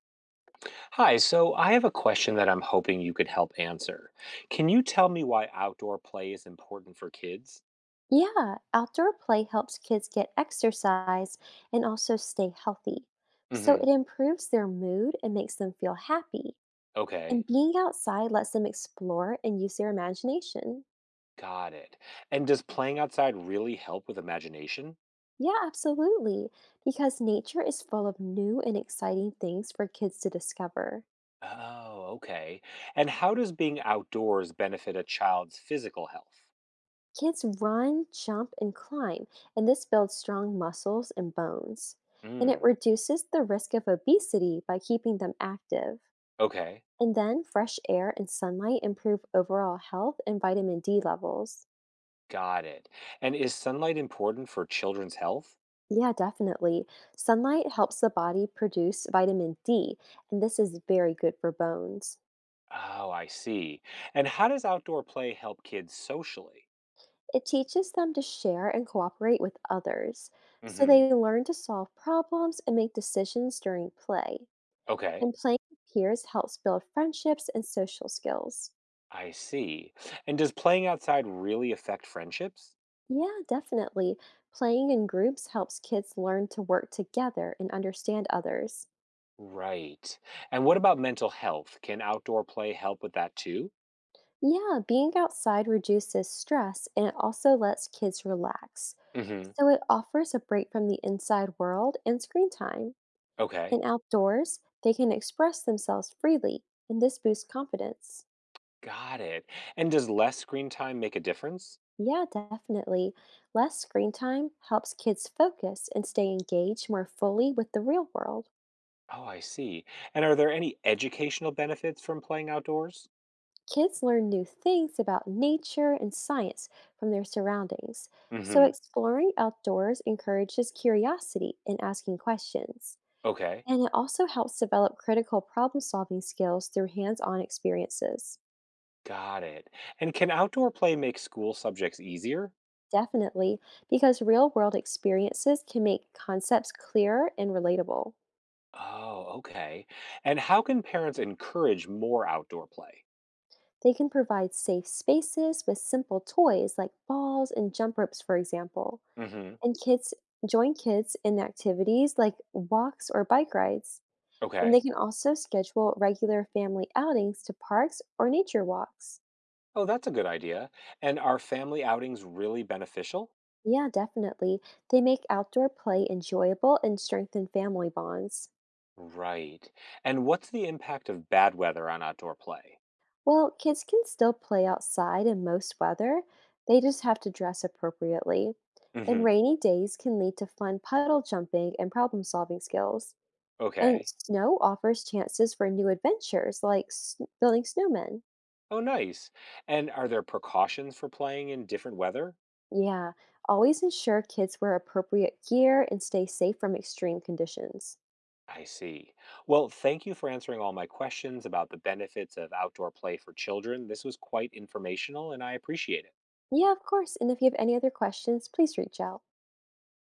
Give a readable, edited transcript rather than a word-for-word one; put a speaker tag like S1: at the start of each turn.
S1: Hi, so I have a question that I'm hoping you could help answer. Can you tell me why outdoor play is important for kids?
S2: Yeah, outdoor play helps kids get exercise and also stay healthy. So
S1: Hmm.
S2: it improves their mood and makes them feel happy.
S1: Okay,
S2: And being outside lets them explore and use their imagination.
S1: got it. And does playing outside really help with imagination?
S2: Yeah, absolutely. Because nature is full of new and exciting things for kids to discover.
S1: Oh, okay. And how does being outdoors benefit a child's physical health?
S2: Kids run, jump, and climb, and this builds strong muscles and bones. And it
S1: Mm.
S2: reduces the risk of obesity by keeping them active.
S1: Okay,
S2: And then fresh air and sunlight improve overall health and vitamin D levels.
S1: got it. And is sunlight important for children's health?
S2: Yeah, definitely. Sunlight helps the body produce vitamin D, and this is very good for bones.
S1: Oh, I see. And how does outdoor play help kids socially?
S2: It teaches them to share and cooperate with others, so
S1: Hmm.
S2: they learn to solve problems and make decisions during play.
S1: Okay.
S2: And playing with peers helps build friendships and social skills.
S1: I see. And does playing outside really affect friendships?
S2: Yeah, definitely. Playing in groups helps kids learn to work together and understand others.
S1: Right. And what about mental health? Can outdoor play help with that too?
S2: Yeah, being outside reduces stress and it also lets kids relax.
S1: Hmm.
S2: So it offers a break from the inside world and screen time.
S1: Okay.
S2: And outdoors, they can express themselves freely, and this boosts confidence.
S1: Got it. And does less screen time make a difference?
S2: Yeah, definitely. Less screen time helps kids focus and stay engaged more fully with the real world.
S1: Oh, I see. And are there any educational benefits from playing outdoors?
S2: Kids learn new things about nature and science from their surroundings. So
S1: Hmm.
S2: exploring outdoors encourages curiosity and asking questions.
S1: Okay.
S2: And it also helps develop critical problem solving skills through hands on experiences.
S1: Got it. And can outdoor play make school subjects easier?
S2: Definitely, because real world experiences can make concepts clearer and relatable.
S1: Oh, okay. And how can parents encourage more outdoor play?
S2: They can provide safe spaces with simple toys like balls and jump ropes, for example.
S1: Hmm.
S2: And kids join kids in activities like walks or bike rides. And they
S1: Okay.
S2: can also schedule regular family outings to parks or nature walks.
S1: Oh, that's a good idea. And are family outings really beneficial?
S2: Yeah, definitely. They make outdoor play enjoyable and strengthen family bonds.
S1: Right. And what's the impact of bad weather on outdoor play?
S2: Well, kids can still play outside in most weather, they just have to dress appropriately. And
S1: Hmm.
S2: rainy days can lead to fun puddle jumping and problem solving skills. And
S1: Okay.
S2: snow offers chances for new adventures like building snowmen.
S1: Oh, nice. And are there precautions for playing in different weather?
S2: Yeah, always ensure kids wear appropriate gear and stay safe from extreme conditions.
S1: I see. Well, thank you for answering all my questions about the benefits of outdoor play for children. This was quite informational, and I appreciate it.
S2: Yeah, of course. And if you have any other questions, please reach out.